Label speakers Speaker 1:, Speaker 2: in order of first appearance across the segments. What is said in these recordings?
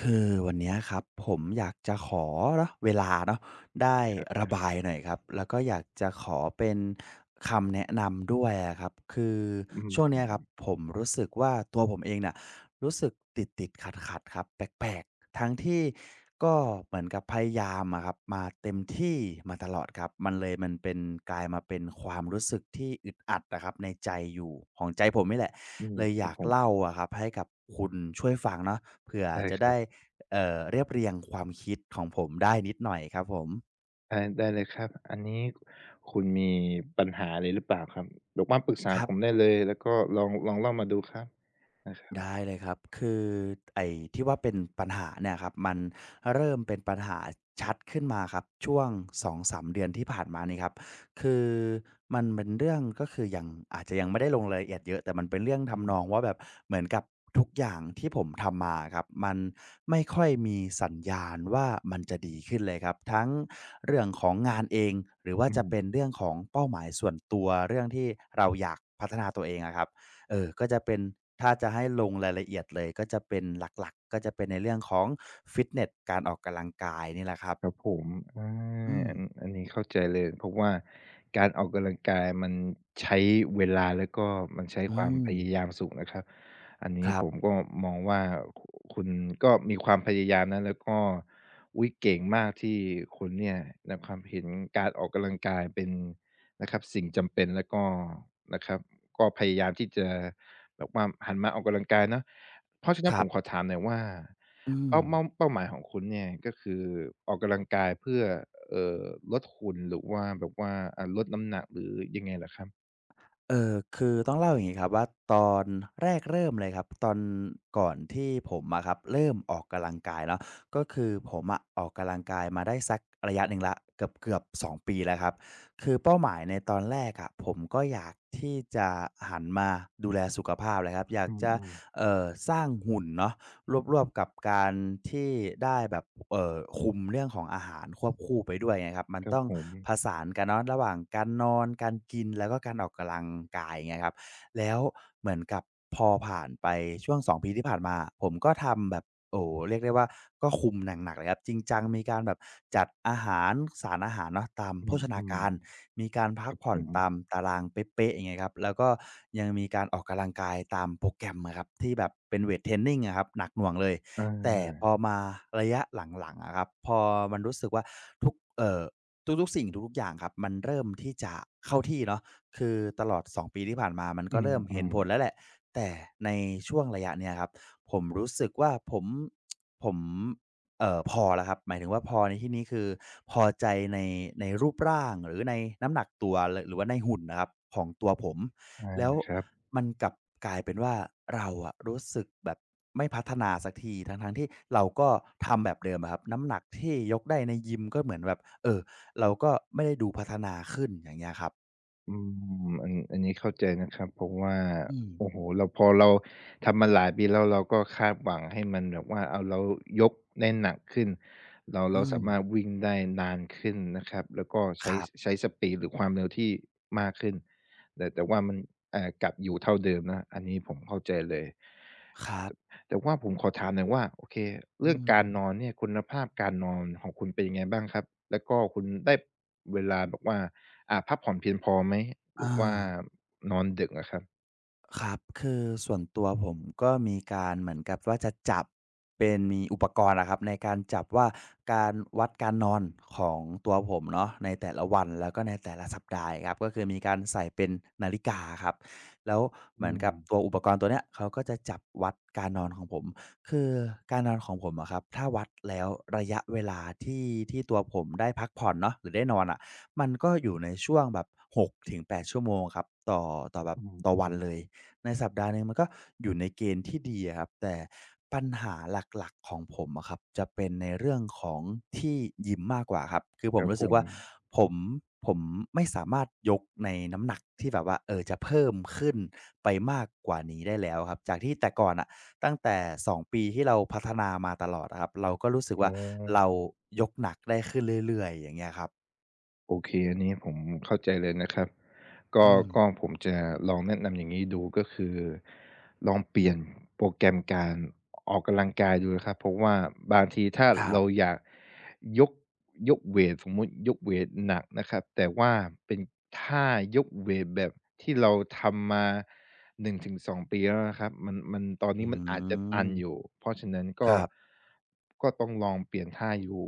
Speaker 1: คือวันเนี้ยครับผมอยากจะขอเนาะเวลาเนาะได้
Speaker 2: ค
Speaker 1: ระ
Speaker 2: รับ
Speaker 1: บายหน่อยครับแล้วก็อยากจะขอเป็นคำแนะนำด้วยอะครับคือ
Speaker 2: อื
Speaker 1: ช่วงเนี้ยครับ
Speaker 2: ม
Speaker 1: ผมรู้สึกว่าตัวผมเองเนี่ยรู้สึกติดๆขัดครับแปลกๆทั้งที่ก็เหมือนกับพยายามอะครับมาเต็มที่มาตลอดครับมันเป็นกลายมาเป็นความรู้สึกที่อึดอัดนะครับในใจอยู่ของใจผมนี่แหละ
Speaker 2: อืม
Speaker 1: เลย
Speaker 2: ค
Speaker 1: อ
Speaker 2: รับ
Speaker 1: ยาก
Speaker 2: ผม
Speaker 1: เล่าอะครับให้กับคุณช่วยฟังเนาะ เผื่อ
Speaker 2: ได้
Speaker 1: จะ
Speaker 2: ครั
Speaker 1: ได้
Speaker 2: บ
Speaker 1: เรียบเรียงความคิดของผมได้นิดหน่อยครับผม
Speaker 2: ได้ได้เลยครับอันนี้คุณมีปัญหาอะไรหรือเปล่าครับบอกมาปรึกษา
Speaker 1: ครั
Speaker 2: ผม
Speaker 1: บ
Speaker 2: ได้เลยแล้วก็ลองเล่ามาดูครับนะครั
Speaker 1: ได้
Speaker 2: บ
Speaker 1: เลยครับคือไอ้ที่ว่าเป็นปัญหาเนี่ยครับมันเริ่มเป็นปัญหาชัดขึ้นมาครับช่วงสองสามเดือนที่ผ่านมานี่ครับคือมันเป็นเรื่องก็คือยังอาจจะยังไม่ได้ลงรายละเอียดเยอะแต่มันเป็นเรื่อง
Speaker 2: อื
Speaker 1: ทำ
Speaker 2: ม
Speaker 1: นองว่าแบบเหมือนกับทุกอย่างที่ผมทำมาอะครับมันไม่ค่อยมีสัญญาณว่ามันจะดีขึ้นเลยครับทั้งเรื่องของงานเองหรือว่า
Speaker 2: อื
Speaker 1: จะเป็น
Speaker 2: ม
Speaker 1: เรื่องของเป้าหมายส่วนตัวเรื่องที่เราอยากพัฒนาตัวเองอะครับ เออ ก็จะเป็นถ้าจะให้ลงรายละเอียดเลยก็จะเป็นหลักๆก็จะเป็นในเรื่องของฟิตเนสการออกกำลังกายนี่แหละครับ
Speaker 2: ครับผมอา
Speaker 1: อืม
Speaker 2: อันนี้เข้าใจเลยเพราะว่าการออกกำลังกายมันใช้เวลาแล้วก็มันใช้
Speaker 1: อื
Speaker 2: ความ
Speaker 1: ม
Speaker 2: พยายามสูงนะครับอัน
Speaker 1: ค
Speaker 2: นี้
Speaker 1: รั
Speaker 2: ผม
Speaker 1: บ
Speaker 2: ก็มองว่าคุคุณก็มีความพยายามนะแล้วก็อุ๊ยเก่งมากที่คุณเนี่ยนะครับเห็นการออกกำลังกายเป็นนะครับสิ่งจำเป็นแล้วก็นะครับก็พยายามที่จะแบบว่าหันมาออกกำลังกายเนาะเพราะฉะนั้
Speaker 1: ค
Speaker 2: นผ
Speaker 1: รั
Speaker 2: มขอ
Speaker 1: บ
Speaker 2: ถามหน่อยว่า
Speaker 1: อืม
Speaker 2: เป้าหมายของคุณเนี่ยก็คือออกกำลังกายเพื่อเอ่อลดหุ่นหรือว่าแบบว่าลดน้ำหนักหรือยังไงเหรอครับ
Speaker 1: เออคือต้องเล่าอย่างนี้ครับว่าตอนแรกเริ่มเลยครับตอนก่อนที่ผมอะครับเริ่มออกกำลังกายเนาะก็คือผมอะออกกำลังกายมาได้สักระยะหนึ่งละเกือบ2 ปีแล้วครับคือเป้าหมายในตอนแรกอะผมก็อยากที่จะหันมาดูแลสุขภาพเลยครับอยาก
Speaker 2: อื
Speaker 1: จะ
Speaker 2: ม
Speaker 1: เอ่อสร้างหุ่นเนาะ รวบๆกับการที่ได้แบบคุมเรื่องของอาหารควบคู่ไปด้วยไงครับมั
Speaker 2: ๆ
Speaker 1: น
Speaker 2: ครับ
Speaker 1: ต้อง
Speaker 2: ผม
Speaker 1: ผสานกันเนาะระหว่างการนอนการกินแล้วก็การออกกำลังกายเงี้ยครับแล้วเหมือนกับพอผ่านไปช่วง2ปีที่ผ่านมาผมก็ทำแบบโอ้โฮเรียกได้ว่าก็คุมหนักๆเลยครับจริงจังมีการแบบจัดอาหารสารอาหารเนาะตาม
Speaker 2: อื
Speaker 1: โภชนา
Speaker 2: ม
Speaker 1: การ มีการพักผ่
Speaker 2: ๆ
Speaker 1: อ
Speaker 2: ผ
Speaker 1: น
Speaker 2: ม
Speaker 1: ตามตารางเป๊ะๆอย่างเงี้ยครับแล้วก็ยังมีการออกกำลังกายตามโปรแกรมอะครับที่แบบเป็นเวทเทรนนิงอะครับหนักหน่วงเลย
Speaker 2: อ
Speaker 1: แต่
Speaker 2: า
Speaker 1: พอมาระยะหลังๆอะครับพอมันรู้สึกว่าทุกเอ่อทุกๆสิ่งทุกๆอย่างครับมันเริ่มที่จะเข้าที่เนาะคือตลอด2ปีที่ผ่านมามัน
Speaker 2: อื
Speaker 1: ก็เริ่มเห็นผลแล้
Speaker 2: ม
Speaker 1: วแหละแต่ในช่วงระยะเนี้ยครับผมรู้สึกว่าผม พอแล้วครับหมายถึงว่าพอในที่นี้คือพอใจในในรูปร่างหรือในน้ำหนักตัวหรือว่าในหุ่นนะครับของตัวผม
Speaker 2: ๆอา
Speaker 1: แล้ว
Speaker 2: ครับ
Speaker 1: มันกลับกลายเป็นว่าเราอะรู้สึกแบบไม่พัฒนาสักทีทั้งๆที่เราก็ทำแบบเดิมอะครับน้ำหนักที่ยกได้ในยิมก็เหมือนแบบเราก็ไม่ได้ดูพัฒนาขึ้นอย่างเงี้ยครับ
Speaker 2: อือันนี้เข้าใจนะครับเพราะว่า
Speaker 1: อืม
Speaker 2: โอ้โฮเราพอเราทำมาหลายปีแล้วเราก็คาดหวังให้มันแบบว่าอ้าวเรายกได้หนักขึ้นเรา
Speaker 1: อืม
Speaker 2: สามารถวิ่งได้นานขึ้นนะครับแล้วก็
Speaker 1: ครับ
Speaker 2: ใช้สปีดหรือความเร็วที่มากขึ้นแต่ว่ามันกลับอยู่เท่าเดิมนะอันนี้ผมเข้าใจเลย
Speaker 1: ครับ
Speaker 2: แต่ว่าผมขอถามหน่อยว่าโอเค
Speaker 1: อื
Speaker 2: เรื่อง
Speaker 1: ม
Speaker 2: การนอนเนี่ยคุณภาพการนอนของคุณเป็นยังไงบ้างครับแล้วก็คุณได้เวลาแบบว่าพักผ่อนเพียงพอไหมหรื
Speaker 1: อา
Speaker 2: อว่านอนดึกอะครับ
Speaker 1: ครับคือส่วนตัวผมก็มีการเหมือนกับว่าจะจับเป็นมีอุปกรณ์อะครับในการจับว่าการวัดการนอนของตัวผมเนาะในแต่ละวันแล้วก็ในแต่ละสัปดาห์ครับก็คือมีการใส่เป็นนาฬิกาครับแล้วเห
Speaker 2: อื
Speaker 1: มือนกับ
Speaker 2: ม
Speaker 1: ตัวอุปกรณ์ตัวเนี้ยเขาก็จะจับวัดการนอนของผมคือการนอนของผมอะครับถ้าวัดแล้วระยะเวลาที่ตัวผมได้พักผ่อนเนาะหรือได้นอนอะมันก็อยู่ในช่วงแบบ6-8 ชั่วโมงครับต่อแบบ
Speaker 2: อื
Speaker 1: ต่อวันเล
Speaker 2: ม
Speaker 1: ย ในสัปดาห์หนึ่งมันก็อยู่ในเกณฑ์ที่ดีอะครับแต่ปัญหาหลักๆของผมอะครับจะเป็นในเรื่องของที่ยิมมากกว่าครับคือผ
Speaker 2: ๆค
Speaker 1: ม
Speaker 2: รับ
Speaker 1: รู้
Speaker 2: ผ
Speaker 1: สึก
Speaker 2: ม
Speaker 1: ว่าผมผมไม่สามารถยกในน้ำหนักที่แบบว่าจะเพิ่มขึ้นไปมากกว่านี้ได้แล้วครับจากที่แต่ก่อนน่ะตั้งแต่2ปีที่เราพัฒนามาตลอดอะครับเราก็รู้สึก
Speaker 2: อ๋
Speaker 1: ว่าเรา
Speaker 2: อ
Speaker 1: ยกหนักได้ขึ้นเรื่อยๆอย่างเงี้ยครับ
Speaker 2: โอเคอันนี้ผมเข้าใจเลยนะครับก็
Speaker 1: อืม
Speaker 2: ก็ผมจะลองแนะนำอย่างนี้ดูก็คือลองเปลี่ยนโปรแกรมการออกกำลังกายดูนะครับเพราะว่าบางทีถ้า
Speaker 1: ครั
Speaker 2: เรา
Speaker 1: บ
Speaker 2: อยากยกยกเวตสมมุติยกเวตหนักนะครับแต่ว่าเป็นท่ายกเวตแบบที่เราทำมา1 ถึง 2 ปีแล้วนะครับมันตอน
Speaker 1: อื
Speaker 2: นี้มันอาจจะตั
Speaker 1: ม
Speaker 2: นอยู่เพราะฉะนั้น
Speaker 1: ค
Speaker 2: ก็
Speaker 1: รับ
Speaker 2: ต้องลองเปลี่ยนท่าอยู่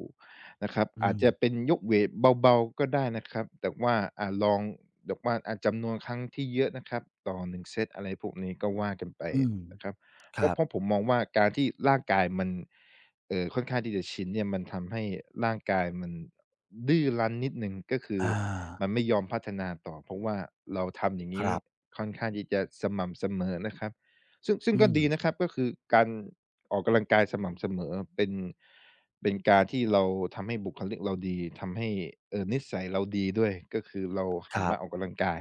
Speaker 2: นะครับ
Speaker 1: อื
Speaker 2: อาจ
Speaker 1: ม
Speaker 2: จะเป็นยกเวทเบาๆก็ได้นะครับแต่ว่าลองแต่ว่าอาจจำนวนครั้งที่เยอะนะครับต่อ1เซตอะไรพวกนี้ก็ว่ากันไป
Speaker 1: อืม
Speaker 2: นะครับ
Speaker 1: ครับ
Speaker 2: เพราะผมมองว่าการที่ร่างกายมันค่อนข้างที่จะชินเนี่ยมันทำให้ร่างกายมันดื้อรั้นนิดหนึ่งก็คือ
Speaker 1: อา
Speaker 2: มันไม่ยอมพัฒนาต่อเพราะว่าเราทำอย่าง
Speaker 1: ค
Speaker 2: งี้
Speaker 1: รับ
Speaker 2: ค่อนข้างที่จะสม่ำเสมอนะครับซึ่ง
Speaker 1: อื
Speaker 2: ก็
Speaker 1: ม
Speaker 2: ดีนะครับก็คือการ ออกกำลังกายสม่ำเสมอเป็นการที่เราทำให้บุคลิกเราดีทำให้นิสัยเราดีด้วยก็คือเรา
Speaker 1: ค
Speaker 2: หัน
Speaker 1: รั
Speaker 2: มาออก
Speaker 1: บ
Speaker 2: กำลังกาย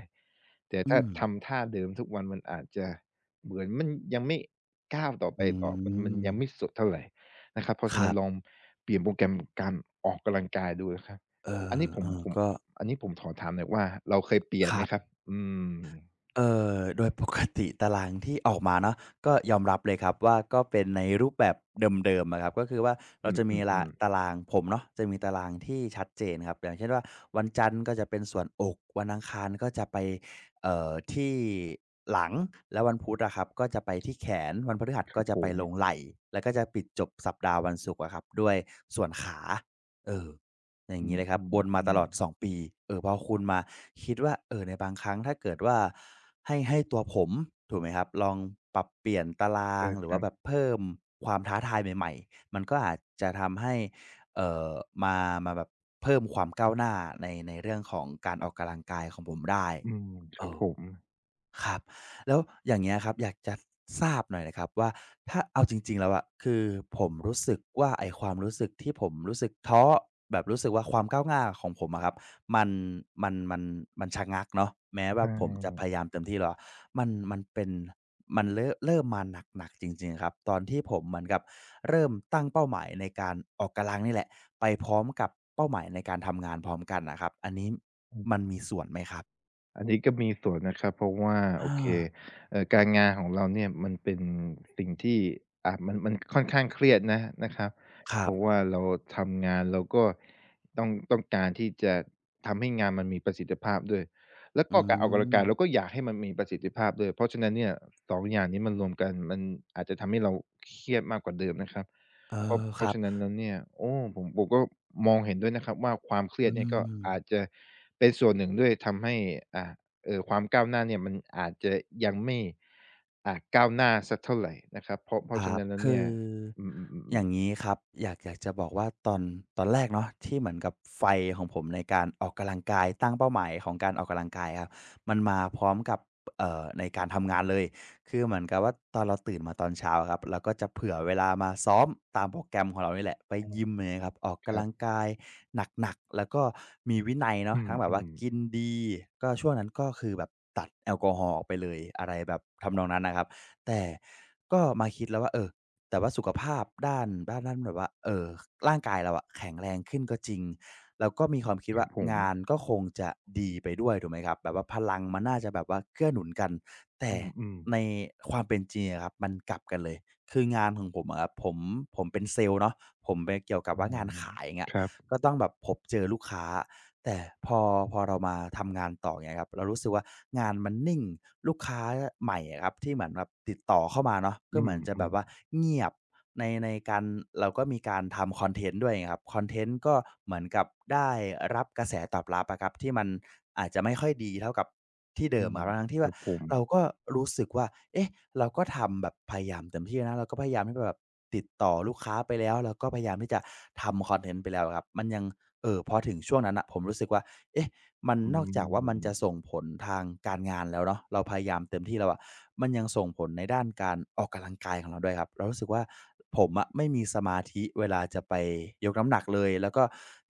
Speaker 2: แต่
Speaker 1: อื
Speaker 2: ถ้า
Speaker 1: ม
Speaker 2: ทำท่าเดิมทุกวันมันอาจจะเหมือนมันยังไม่ก้าวต่อไป
Speaker 1: อื
Speaker 2: ต่อมัน
Speaker 1: ม
Speaker 2: ยังไม่สุดเท่าไรนะครับเพราะ
Speaker 1: ค
Speaker 2: ฉะ
Speaker 1: รั
Speaker 2: นั้นลอง
Speaker 1: บ
Speaker 2: เปลี่ยนโปรแกรมการออกกำลังกายดูนะครับ
Speaker 1: เอ
Speaker 2: อันนี้ผม
Speaker 1: อ
Speaker 2: ผม
Speaker 1: ๆก็
Speaker 2: ผมอันนี้ผมขอถามหน่อยว่าเราเคยเปลี่ย
Speaker 1: ค
Speaker 2: นไหม
Speaker 1: รั
Speaker 2: ครับ
Speaker 1: บ
Speaker 2: อืม
Speaker 1: เอ่โดย ปกติตารางที่ออกมาเนาะก็ยอมรับเลยครับว่าก็เป็นในรูปแบบเดิมๆอะครับก็คือว่า
Speaker 2: อ
Speaker 1: เราจะมี
Speaker 2: ื
Speaker 1: ลา
Speaker 2: อ
Speaker 1: ตา
Speaker 2: ๆ
Speaker 1: รางผมเนาะจะมีตารางที่ชัดเจนครับอย่างเช่นว่าวันจันทร์ก็จะเป็นส่วนอกวันอังคารก็จะไปที่หลังแล้ววันพุธอะครับก็จะไปที่แขนวันพฤหัส
Speaker 2: ๆค
Speaker 1: ก็
Speaker 2: รับ
Speaker 1: จะ
Speaker 2: ผ
Speaker 1: ไป
Speaker 2: ม
Speaker 1: ลงไหล่แล้วก็จะปิดจบสัปดาห์วันศุกร์อะครับด้วยส่วนขาเออ อย่า
Speaker 2: อื
Speaker 1: งนี้เลยครับว
Speaker 2: ม
Speaker 1: นมาตลอด
Speaker 2: ๆ
Speaker 1: 2
Speaker 2: ๆ
Speaker 1: ปีเออพอคุณมาคิดว่าในบางครั้งถ้าเกิดว่าให้ตัวผมถูกไหมครับลองปรับเปลี่ยนตารา
Speaker 2: ใช
Speaker 1: งหรือ
Speaker 2: ่
Speaker 1: ว่าแบบ
Speaker 2: ๆ
Speaker 1: เพิ่มความท้าทายใหม่ๆมันก็อาจจะทำให้เอ่อมามาแบบเพิ่มความก้าวหน้าในเรื่องของการออกกำลังกายของผมได้
Speaker 2: อืมค
Speaker 1: เอ
Speaker 2: รับ
Speaker 1: อ
Speaker 2: ผม
Speaker 1: ครับแล้วอย่างเงี้ยครับอยากจะทราบหน่อยนะครับว่าถ้าเอาจริงๆแล้วอะคือผมรู้สึกว่าไอ้ความรู้สึกที่ผมรู้สึกท้อแบบรู้สึกว่าความก้าวหน้าของผมอะครับมันมันมันชะงักเนาะแม้
Speaker 2: อ
Speaker 1: ว่าผมจะ
Speaker 2: า
Speaker 1: พยายามเต็มที่แล้วมันมันเป็นมันเริ่มมาหนักๆจริงๆครับตอนที่ผมเหมือนกับเริ่มตั้งเป้าหมายในการออกกำลังนี่แหละไปพร้อมกับเป้าหมายในการทำงานพร้อมกันน่ะครับอันนี้
Speaker 2: อื
Speaker 1: มัน
Speaker 2: อ
Speaker 1: มีส่วนไหมครับ
Speaker 2: อันนี้ก็มีส่วนนะครับเพราะว่าโอ
Speaker 1: อา
Speaker 2: เคการงานของเราเนี่ยมันเป็นสิ่งที่มันมันค่อนข้างเครียดนะครับ
Speaker 1: ค
Speaker 2: เพ
Speaker 1: รั
Speaker 2: ราะว่า
Speaker 1: บ
Speaker 2: เราทำงานเราก็ต้องการที่จะทำให้งานมันมีประสิทธิภาพด้วยแล้ว
Speaker 1: อื
Speaker 2: ก็การออกกำลัง
Speaker 1: ม
Speaker 2: กายเราก็อยากให้มันมีประสิทธิภาพด้วยเพราะฉะนั้นเนี่ยสองอย่างนี้มันรวมกันมันอาจจะทำให้เราเครียดมากกว่าเดิมนะครับ
Speaker 1: เออ
Speaker 2: เพ
Speaker 1: ครั
Speaker 2: ราะ
Speaker 1: บ
Speaker 2: ฉะนั้นแล้วเนี่ยโอ้ผมก็มองเห็นด้วยนะครับว่าความเครีย
Speaker 1: อื
Speaker 2: ดเนี่ยก็
Speaker 1: ม
Speaker 2: อาจจะเป็นส่วนหนึ่งด้วยทำให้อ่าความก้าวหน้าเนี่ยมันอาจจะยังไม่ก้าวหน้าสักเท่าไรนะครับเพ
Speaker 1: ค
Speaker 2: ราะฉะ
Speaker 1: รับ
Speaker 2: นั้นแล้ว
Speaker 1: คื
Speaker 2: เนี่ย
Speaker 1: อ
Speaker 2: อื
Speaker 1: อ
Speaker 2: ม
Speaker 1: ย่าง
Speaker 2: ๆๆ
Speaker 1: นี้ครับอยากจะบอกว่าตอนตอนแรกเนาะที่เหมือนกับไฟของผมในการออกกำลังกายตั้งเป้าหมายของการออกกำลังกายครับมันมาพร้อมกับในการทำงานเลยคือเหมือนกับว่าตอนเราตื่นมาตอนเช้าครับเราก็จะเผื่อเวลามาซ้อมตามโปรแกรมของเรานี่แหละไปยิ
Speaker 2: า
Speaker 1: ม่เลียครับออก
Speaker 2: ค
Speaker 1: กำ
Speaker 2: รั
Speaker 1: ลัง
Speaker 2: บ
Speaker 1: กายหนักๆแล้วก็มีวินัยเนาะ
Speaker 2: อื
Speaker 1: ทั้งแบบว่ากิน
Speaker 2: ม
Speaker 1: ดีก็ช่วงนั้นก็คือแบบตัดแอลกอฮอล์ออกไปเลยอะไรแบบทำนองนั้นนะครับ แต่ก็มาคิดแล้วว่าเออแต่ว่าสุขภาพด้านแบบว่าร่างกายเราอะแข็งแรงขึ้นก็จริงแล้วก็มีความคิด
Speaker 2: ๆครั
Speaker 1: ว่า
Speaker 2: บผม
Speaker 1: งานก็คงจะดีไปด้วยถูกไหมครับแบบว่าพลังมันน่าจะแบบว่าเกื้อหนุนกัน
Speaker 2: อ
Speaker 1: แต่
Speaker 2: ืม
Speaker 1: ในความเป็นจริงอะครับมันกลับกันเลยคืองานของผมอะครับผมผมเป็นเซลส์เนาะผมไปเกี่ยวกั
Speaker 2: ๆ
Speaker 1: บ
Speaker 2: อา
Speaker 1: ว่างานขายอย่างเงี้ย
Speaker 2: ครับ
Speaker 1: ก็ต้องแบบพบเจอลูกค้า แต่พอพอเรามาทำงานต่ออย่างเงี้ยครับเรารู้สึกว่างานมันนิ่งลูกค้าใหม่อะครับที่เหมือนแบบติดต่อเข้ามาเนาะก็
Speaker 2: อื
Speaker 1: เหมือนจะแบบว่า
Speaker 2: ม
Speaker 1: เงียบในในการเราก็มีการทำคอนเทนต์ด้วยไงครับคอนเทนต์ก็เหมือนกับได้รับกระแสตอบรับอะครับที่มันอาจจะไม่ค่อยดีเท่ากับที่
Speaker 2: ๆ
Speaker 1: เดิ
Speaker 2: อื
Speaker 1: ม
Speaker 2: ม
Speaker 1: อะครับทั้งๆที่
Speaker 2: ครั
Speaker 1: ว่า
Speaker 2: บผม
Speaker 1: เราก็รู้สึกว่าเอ๊ะเราก็ทำแบบพยายามเต็มที่นะเราก็พยายามที่จะแบบติดต่อลูกค้าไปแล้วเราก็พยายามที่จะทำคอนเทนต์ไปแล้วอะครับมันยัง พอถึงช่วงนั้นน่ะผมรู้สึกว่าเอ๊ะมัน
Speaker 2: อื
Speaker 1: นอกจากว่ามัน
Speaker 2: ม
Speaker 1: จะส่งผลทางการงานแล้วเนาะเราพยายามเต็มที่แล้วอะมันยังส่งผลในด้านการออกกำลังกายของเราด้วยครับเรารู้สึกว่าผมอะไม่มีสมาธิเวลาจะไปยกน้ำหนักเลยแล้วก็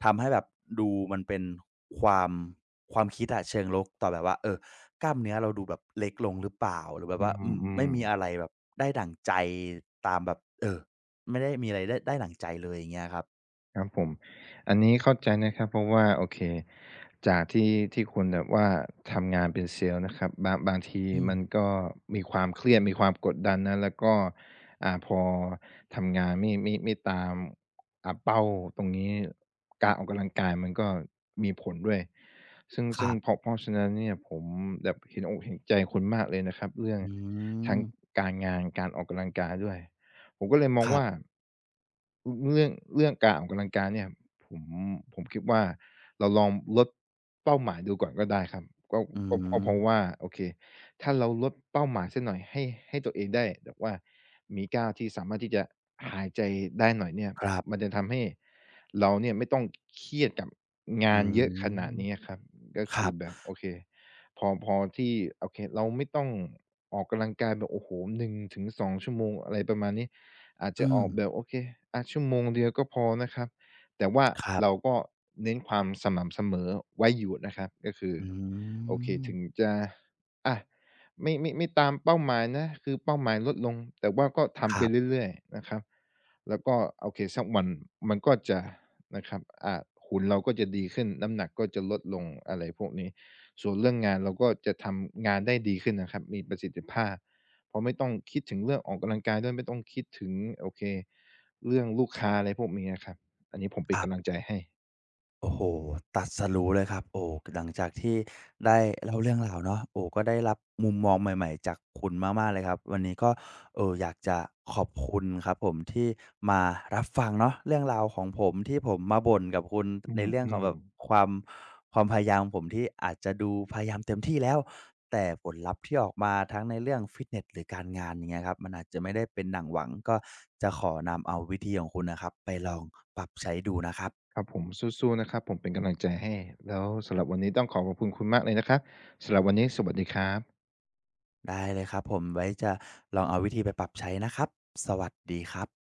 Speaker 1: ทำให้แบบดูมันเป็นความความคิดอะเชิงลบต่อแบบว่าเออกล้ามเนื้อเราดูแบบเล็กลงหรือเปล่าหรือแบบ
Speaker 2: อื
Speaker 1: ว่าอืมไม่
Speaker 2: ม
Speaker 1: มีอะไร
Speaker 2: ๆ
Speaker 1: แบบได้ดั่งใจตามแบบเออไม่ได้มีอะไรได้ดั่งใจเลยอย่างเงี้ยครับ
Speaker 2: ครับผมอันนี้เข้าใจนะครับเพราะว่าโอเคจากที่คุณแบบว่าทำงานเป็นเซลส์นะครับบางที
Speaker 1: อืม
Speaker 2: มันก็มีความเครียดมีความกดดันนะแล้วก็พอทำงานไม่ตามเป้าตรงนี้การออกกำลังกายมันก็มีผลด้วย
Speaker 1: ค
Speaker 2: ซึ่
Speaker 1: รั
Speaker 2: ง
Speaker 1: บ
Speaker 2: เพราะฉะนั้นเนี่ยผมแบบเห็นอกเห็นใจคุณมากเลยนะครับเรื่อง
Speaker 1: อื
Speaker 2: ทั้
Speaker 1: ม
Speaker 2: งการงานการออกกำลังกายด้วย ผมก็เลยมอ
Speaker 1: ค
Speaker 2: ง
Speaker 1: รั
Speaker 2: ว่า
Speaker 1: บ
Speaker 2: เรื่องการออกกำลังกายเนี่ยผมผมคิดว่าเราลองลดเป้าหมายดูก่อนก็ได้ครับก็
Speaker 1: อื
Speaker 2: ก็
Speaker 1: ม
Speaker 2: ก็เพราะว่าโอเคถ้าเราลดเป้าหมายสักหน่อยให้ตัวเองได้แบบว่ามีก้าวที่สามารถที่จะหายใจได้หน่อยเนี่ย
Speaker 1: ครั
Speaker 2: มัน
Speaker 1: บ
Speaker 2: จะทำให้เราเนี่ยไม่ต้องเครียดกับ
Speaker 1: อื
Speaker 2: งานเยอะ
Speaker 1: ม
Speaker 2: ขนาดนี้อะครับก็
Speaker 1: ครั
Speaker 2: คือ
Speaker 1: บ
Speaker 2: แบบโอเคพอที่โอเคเราไม่ต้องออกกำลังกายแบบโอ้โฮ1 ถึง 2 ชั่วโมงอะไรประมาณนี้ อาจจะ
Speaker 1: อื
Speaker 2: อ
Speaker 1: ม
Speaker 2: อกแบบโอเคอะชั่วโมงเดียวก็พอนะครับแต่ว่า
Speaker 1: ครั
Speaker 2: เรา
Speaker 1: บ
Speaker 2: ก็เน้นความสม่ำเสมอไว้อยู่นะครับก็คือ
Speaker 1: อื
Speaker 2: โอเค
Speaker 1: ม
Speaker 2: ถึงจะอะไม่ตามเป้าหมายนะคือเป้าหมายลดลงแต่ว่าก็
Speaker 1: ค
Speaker 2: ทำไป
Speaker 1: รับ
Speaker 2: เรื่อยๆนะครับแล้วก็โอเคสักวันมันก็จะนะครับหุ่นเราก็จะดีขึ้นน้ำหนักก็จะลดลงอะไรพวกนี้ส่วนเรื่องงานเราก็จะทำงานได้ดีขึ้นนะครับมีประสิทธิภาพ เพราะไม่ต้องคิดถึงเรื่องออกกำลังกายด้วยไม่ต้องคิดถึงโอเคเรื่องลูกค้าอะไรพวกนี้อะครับอันนี้ผม
Speaker 1: ค
Speaker 2: เป็น
Speaker 1: รั
Speaker 2: กำลัง
Speaker 1: บ
Speaker 2: ใจให้
Speaker 1: โอ้โฮตรัสรู้เลยครับโอ้หลังจากที่ได้เล่าเรื่องราวเนาะโอ้ก็ได้รับมุมมองใหม่ๆจากคุณมากๆเลยครับ วันนี้ก็อยากจะขอบคุณครับผมที่มารับฟังเนาะเรื่องราวของผมที่ผมมาบ่นกับคุณ
Speaker 2: อื
Speaker 1: ในเรื่องของ
Speaker 2: ม
Speaker 1: แบบ
Speaker 2: ๆ
Speaker 1: ความความพยายามของผมที่อาจจะดูพยายามเต็มที่แล้วแต่ผลลัพธ์ที่ออกมาทั้งในเรื่องฟิตเนสหรือการงานอย่างเงี้ยครับมันอาจจะไม่ได้เป็นดั่งหวังก็จะขอนำเอาวิธีของคุณนะครับไปลองปรับใช้ดูนะครับ
Speaker 2: ครับผมสู้ๆนะครับผมเป็นกำลังใจให้แล้วสำหรับวันนี้ต้องขอขอบคุณคุณมากเลยนะครับสำหรับวันนี้สวัสดีครับ
Speaker 1: ได้เลยครับผมไว้จะลองเอาวิธีไปปรับใช้นะครับสวัสดีครับ